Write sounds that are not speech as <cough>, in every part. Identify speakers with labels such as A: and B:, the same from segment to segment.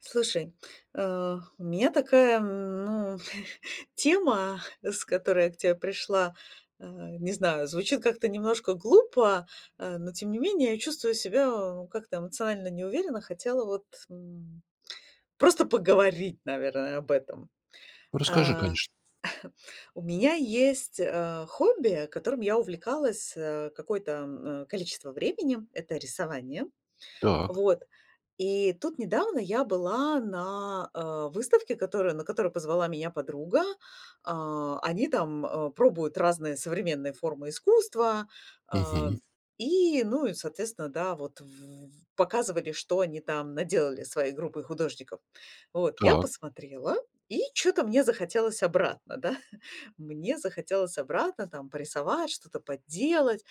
A: Слушай, у меня такая, ну, <laughs> тема, с которой я к тебе пришла, э, не знаю, звучит как-то немножко глупо, но тем не менее я чувствую себя ну, как-то эмоционально неуверенно, хотела вот просто поговорить, наверное, об этом.
B: Расскажи,
A: А,
B: конечно.
A: У меня есть хобби, которым я увлекалась какое-то количество времени, это рисование.
B: Так.
A: Вот. И тут недавно я была на, выставке, которую на которую позвала меня подруга. Они там, пробуют разные современные формы искусства,
B: Мгм.
A: а, ну и, соответственно, да, вот в показывали, что они там наделали своей группой художников. Вот, я
B: Так.
A: посмотрела, и что то мне захотелось обратно, да. <laughs> Мне захотелось обратно там порисовать, что-то подделать.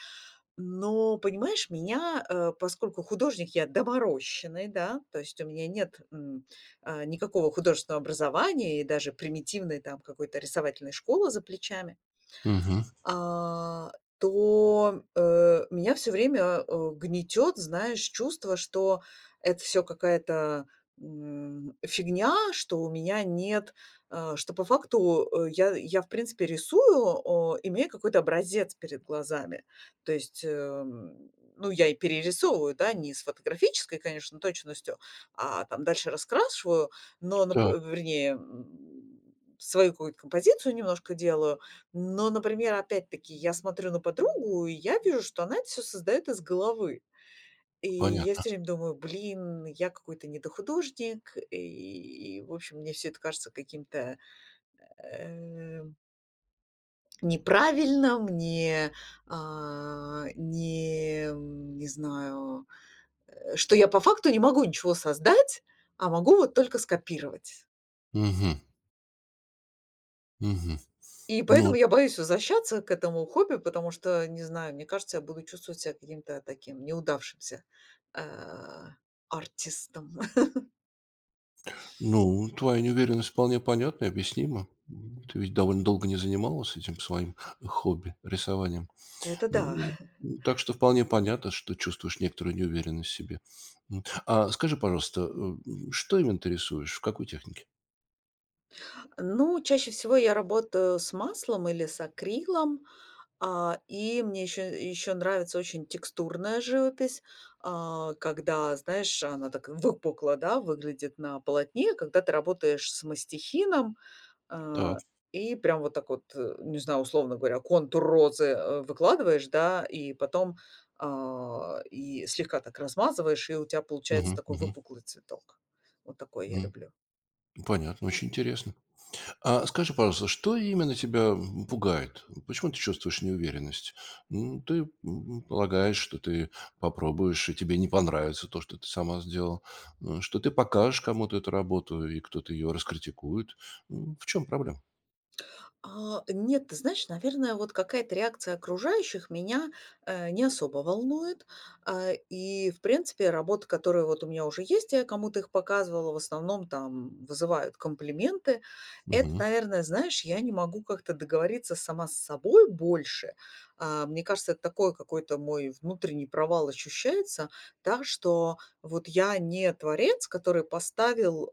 A: Но, понимаешь, меня, поскольку художник я доморощенный, да, то есть у меня нет никакого художественного образования и даже примитивной там какой-то рисовательной школы за плечами,
B: Мгм.
A: а, то меня все время, гнетет, знаешь, чувство, что это все какая-то, фигня, что у меня нет, что по факту, э, я, в принципе, рисую, имея какой-то образец перед глазами. То есть, ну, я и перерисовываю, да, не с фотографической, конечно, точностью, а там дальше раскрашиваю, но, нап
B: Так.
A: вернее, свою какую-то композицию немножко делаю, но, например, опять-таки, я смотрю на подругу, и я вижу, что она это все создает из головы. И я
B: Понятно.
A: все время думаю: "Блин, я какой-то недохудожник". В общем, мне все это кажется каким-то, э, неправильным, не, а, не, м, не знаю, что я по факту не могу ничего создать, а могу вот только скопировать.
B: Мгм. Мгм.
A: И поэтому
B: Ну
A: я боюсь возвращаться к этому хобби, потому что, не знаю, мне кажется, я буду чувствовать себя каким-то таким неудавшимся, э, артистом. <laughs>
B: ну, твоя неуверенность вполне понятна и объяснима. Ты ведь довольно долго не занималась этим своим хобби- рисованием.
A: Это да.
B: М, так что вполне понятно, что чувствуешь некоторую неуверенность в себе. А скажи, пожалуйста, что именно ты рисуешь? В какой технике?
A: Ну, чаще всего я работаю с маслом или с акрилом, и мне еще нравится очень текстурная живопись, когда, знаешь, она так выпукла, да, выглядит на полотне, когда ты работаешь с мастихином,
B: Так.
A: А, и прям вот так вот, не знаю, условно говоря, контур розы, выкладываешь, да, и потом, и слегка так размазываешь, и у тебя получается
B: Мгм.
A: такой
B: Мгм.
A: выпуклый цветок. Вот такой я
B: М.
A: люблю.
B: Понятно, очень интересно. А скажи, пожалуйста, что именно тебя пугает? Почему ты чувствуешь неуверенность? Ты полагаешь, что ты попробуешь, и тебе не понравится то, что ты сама сделал? Что ты покажешь кому-то эту работу, и кто-то ее раскритикует? В чем проблема?
A: Нет, ты знаешь, наверное, вот какая-то реакция окружающих меня, не особо волнует. В принципе, работы, которые вот у меня уже есть, я кому-то их показывала, в основном там вызывают комплименты. Это,
B: Мгм.
A: наверное, знаешь, я не могу как-то договориться сама с собой больше. Мне кажется, это такой какой-то мой внутренний провал ощущается, так что вот я не творец, который поставил,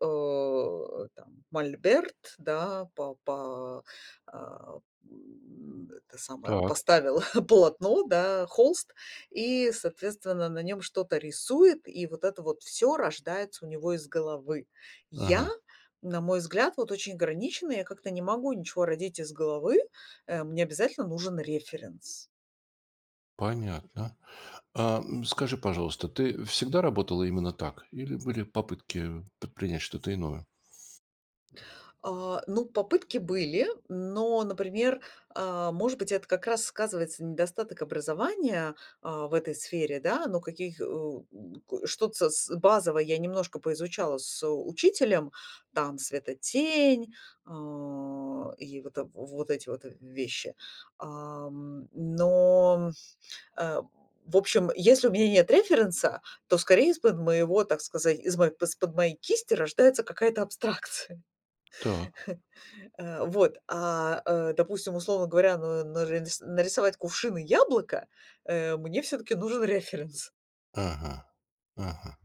A: там мольберт, да, а, это самое,
B: Так.
A: поставил <laughs> полотно, да, холст, и, соответственно, на нем что-то рисует, и вот это вот все рождается у него из головы. Я,
B: Ага.
A: на мой взгляд, вот очень ограничена, я как-то не могу ничего родить из головы, мне обязательно нужен референс.
B: Понятно. Скажи, пожалуйста, ты всегда работала именно так? Или были попытки предпринять что-то иное?
A: Ну, попытки были, но, например, может быть, это как раз сказывается недостаток образования, в этой сфере, да, но каких, э, к что-то с базовое я немножко поизучала с учителем, там светотень, и вот, вот эти вот вещи. Ам, но, э, в общем, если у меня нет референса, то скорее из-под моего, так сказать, из моей из-под моей кисти рождается какая-то абстракция.
B: Так.
A: Допустим, условно говоря, ну, нарисовать кувшины яблоко, мне все таки нужен референс.
B: Ага. Ага.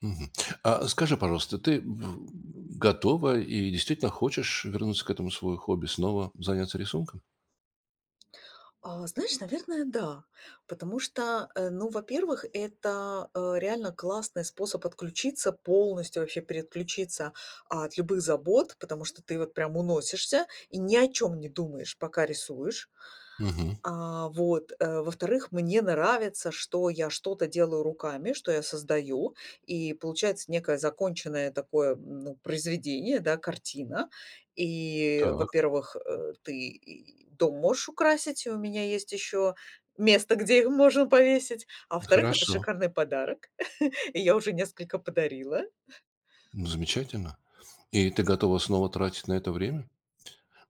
B: Мгм. А скажи, пожалуйста, ты в готова и действительно хочешь вернуться к этому свое хобби, снова заняться рисунком?
A: Знаешь, наверное, да. Потому что, ну, во-первых, это, реально классный способ отключиться, полностью вообще переключиться от любых забот, потому что ты вот прям уносишься и ни о чем не думаешь, пока рисуешь.
B: Мгм.
A: Во-вторых, мне нравится, что я что-то делаю руками, что я создаю, и получается некое законченное такое, ну, произведение, да, картина. И,
B: Так,
A: во-первых, ты и дом можешь украсить, и у меня есть еще место, где их можно повесить. А во-вторых, это
B: хорошо,
A: шикарный подарок, <laughs> и я уже несколько подарила.
B: ну, замечательно. И ты готова снова тратить на это время?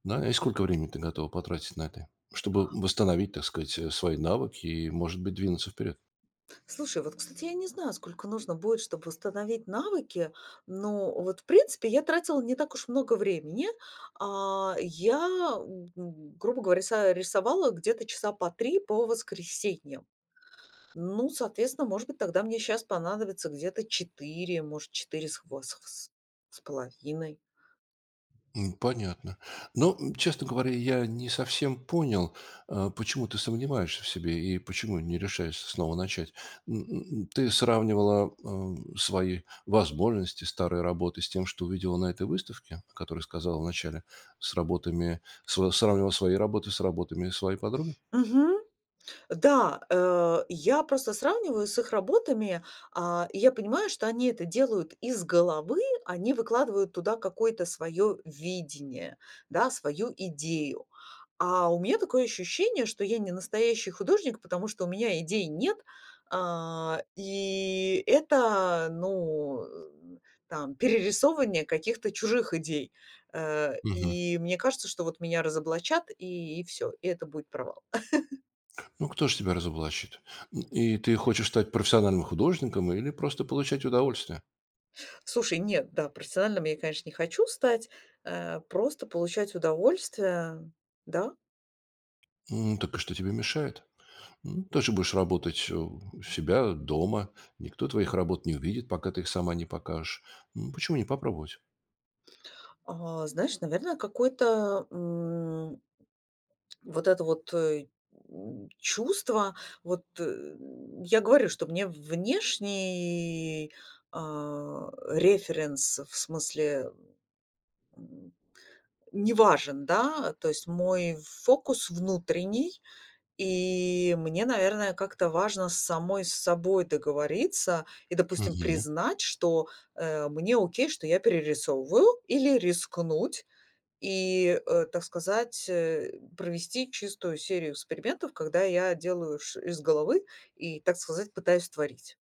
B: Да, и сколько времени ты готова потратить на это, чтобы восстановить, так сказать, свои навыки и, может быть, двинуться вперед?
A: Слушай, вот, кстати, я не знаю, сколько нужно будет, чтобы установить навыки, но вот, в принципе, я тратила не так уж много времени. А, я, Грубо говоря, рисовала где-то часа по три по воскресеньям. Ну, соответственно, может быть, тогда мне сейчас понадобится где-то четыре, может, четыре с половиной.
B: М, понятно. Но, честно говоря, я не совсем понял, почему ты сомневаешься в себе и почему не решаешься снова начать. М, м, ты сравнивала свои возможности старой работы с тем, что увидела на этой выставке, о которой сказала вначале, с работами, сравнивала свои работы с работами своей подруги?
A: Мгм. Да, я просто сравниваю с их работами, и я понимаю, что они это делают из головы, они выкладывают туда какое-то свое видение, да, свою идею. А у меня такое ощущение, что я не настоящий художник, потому что у меня идей нет, и это, перерисовывание каких-то чужих идей.
B: Мгм.
A: И мне кажется, что вот меня разоблачат, и все, и это будет провал.
B: Ну, кто же тебя разоблачит? И ты хочешь стать профессиональным художником или просто получать удовольствие?
A: Слушай, нет, да, профессиональным я, конечно, не хочу стать, просто получать удовольствие, да.
B: М, так и что тебе мешает? М, тоже будешь работать у себя дома. Никто твоих работ не увидит, пока ты их сама не покажешь. М, почему не попробовать?
A: Знаешь, наверное, какое-то, вот это вот, э, чувство, вот, э, я говорю, что мне внешний, референс, в смысле, м, не важен, да, то есть мой фокус внутренний. И мне, наверное, как-то важно с самой с собой договориться и, допустим,
B: Мгм.
A: признать, что, мне окей, что я перерисовываю, или рискнуть и, так сказать, провести чистую серию экспериментов, когда я делаю ш из головы и, так сказать, пытаюсь творить.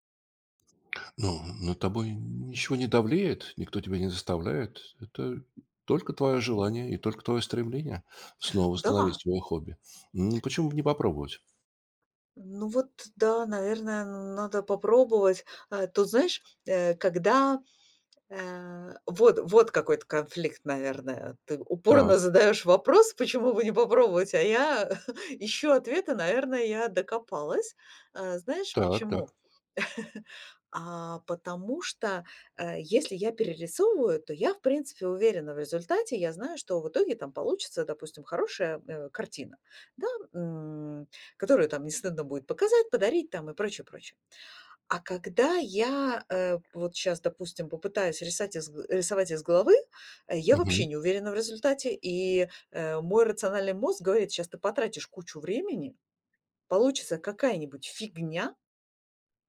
B: Ну, над тобой ничего не давлеет, никто тебя не заставляет. Это только твое желание и только твое стремление снова восстановить
A: Да,
B: свое хобби. М, почему бы не попробовать?
A: ну вот да, наверное, надо попробовать. Э, тут знаешь, э, когда Э, вот вот какой-то конфликт, наверное. Ты
B: Так,
A: упорно задаешь вопрос: "Почему бы не попробовать?" А я <laughs> ищу ответы. Наверное, я докопалась. Знаешь
B: так,
A: почему?
B: так.
A: Потому что, если я перерисовываю, то я, в принципе, уверена в результате. Я знаю, что в итоге там получится, допустим, хорошая, картина, да, м, которую там не стыдно будет показать, подарить там и прочее, прочее. А когда я, вот сейчас, допустим, попытаюсь рисать из г рисовать из головы, я
B: Мгм.
A: вообще не уверена в результате, и, мой рациональный мозг говорит: сейчас ты потратишь кучу времени, получится какая-нибудь фигня,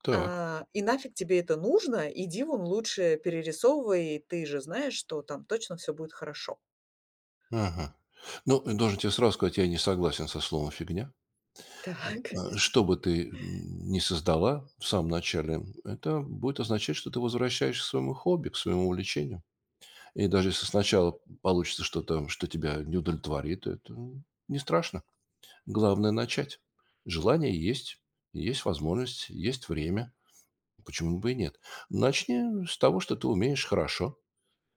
B: Так.
A: и нафиг тебе это нужно. Иди вон лучше перерисовывай, ты же знаешь, что там точно все будет хорошо".
B: Ага. Ну, должен тебе сразу сказать, я не согласен со словом «фигня».
A: <laughs>
B: Э,
A: Так.
B: а что бы ты н ни создала в самом начале, это будет означать, что ты возвращаешься к своему хобби, к своему увлечению. И даже если сначала получится что-то, что тебя не удовлетворит, это не страшно. Главное- начать. Желание есть, есть возможность, есть время. Почему бы и нет? Начни с того, что ты умеешь хорошо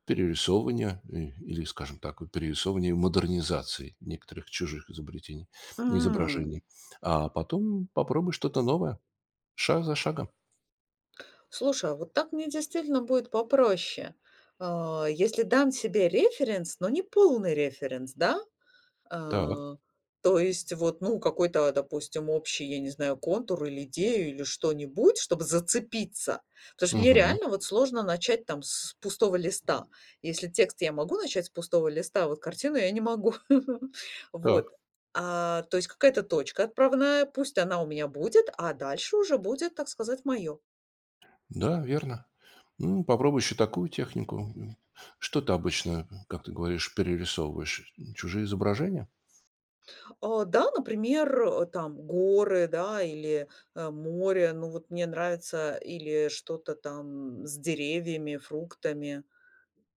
B: перерисовывания и или, скажем так, вот перерисовывания и модернизации некоторых чужих изобретений,
A: М.
B: изображений. А потом попробуй что-то новое, шаг за шагом.
A: Слушай, а вот так мне действительно будет попроще. Если дам себе референс, но не полный референс, да?
B: Так,
A: Э, То есть вот, ну, какой-то, допустим, общий, я не знаю, контур или идею, или что-нибудь, чтобы зацепиться. Потому что мне
B: мгм,
A: реально вот сложно начать там с пустого листа. Если текст я могу начать с пустого листа, а вот картину я не могу. <laughs>
B: так,
A: Вот. То есть какая-то точка отправная, пусть она у меня будет, а дальше уже будет, так сказать, мое.
B: да, верно. Ну, попробуй еще такую технику. М, что ты обычно, как ты говоришь, перерисовываешь? Чужие изображения?
A: Да, например, там горы, да, или, море. Ну, вот мне нравится или что-то там с деревьями, фруктами.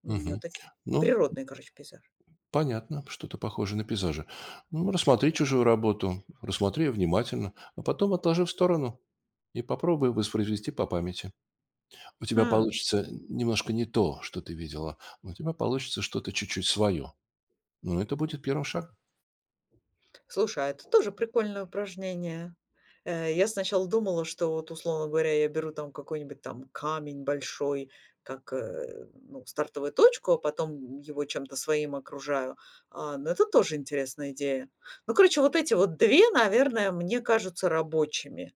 A: У меня вот
B: Мгм.
A: такие
B: Ну,
A: природный, короче, пейзаж.
B: понятно, что-то похоже на пейзажи. Ну, рассмотри чужую работу, рассмотри ее внимательно, а потом отложи в сторону и попробуй воспроизвести по памяти. У тебя
A: Хм.
B: получится немножко не то, что ты видела. Но у тебя получится что-то чуть-чуть свое. Ну, это будет первым шагом.
A: Слушай, а это тоже прикольное упражнение. Я сначала думала, что вот, условно говоря, я беру там какой-нибудь там камень большой, как, ну, стартовую точку, а потом его чем-то своим окружаю. Ну, это тоже интересная идея. Ну, короче, вот эти вот 2, наверное, мне кажутся рабочими.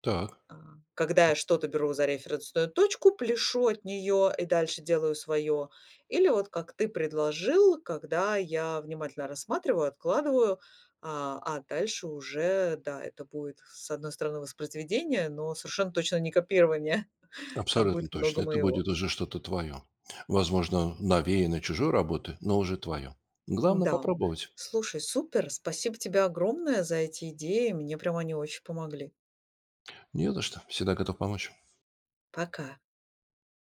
B: Так,
A: А, Когда я что-то беру за референсную точку, пляшу от нее и дальше делаю свое. Или вот как ты предложил, когда я внимательно рассматриваю, откладываю, а дальше уже, да, это будет, с одной стороны, воспроизведение, но совершенно точно не копирование. <laughs> Там
B: абсолютно
A: будет
B: точно.
A: много
B: Это
A: моего.
B: будет уже что-то твое. Возможно, навеяно чужой работы, но уже твое. Главное
A: Да.
B: попробовать.
A: Слушай, супер. Спасибо тебе огромное за эти идеи. Мне прям они очень помогли.
B: Не за что. Всегда готов помочь.
A: Пока.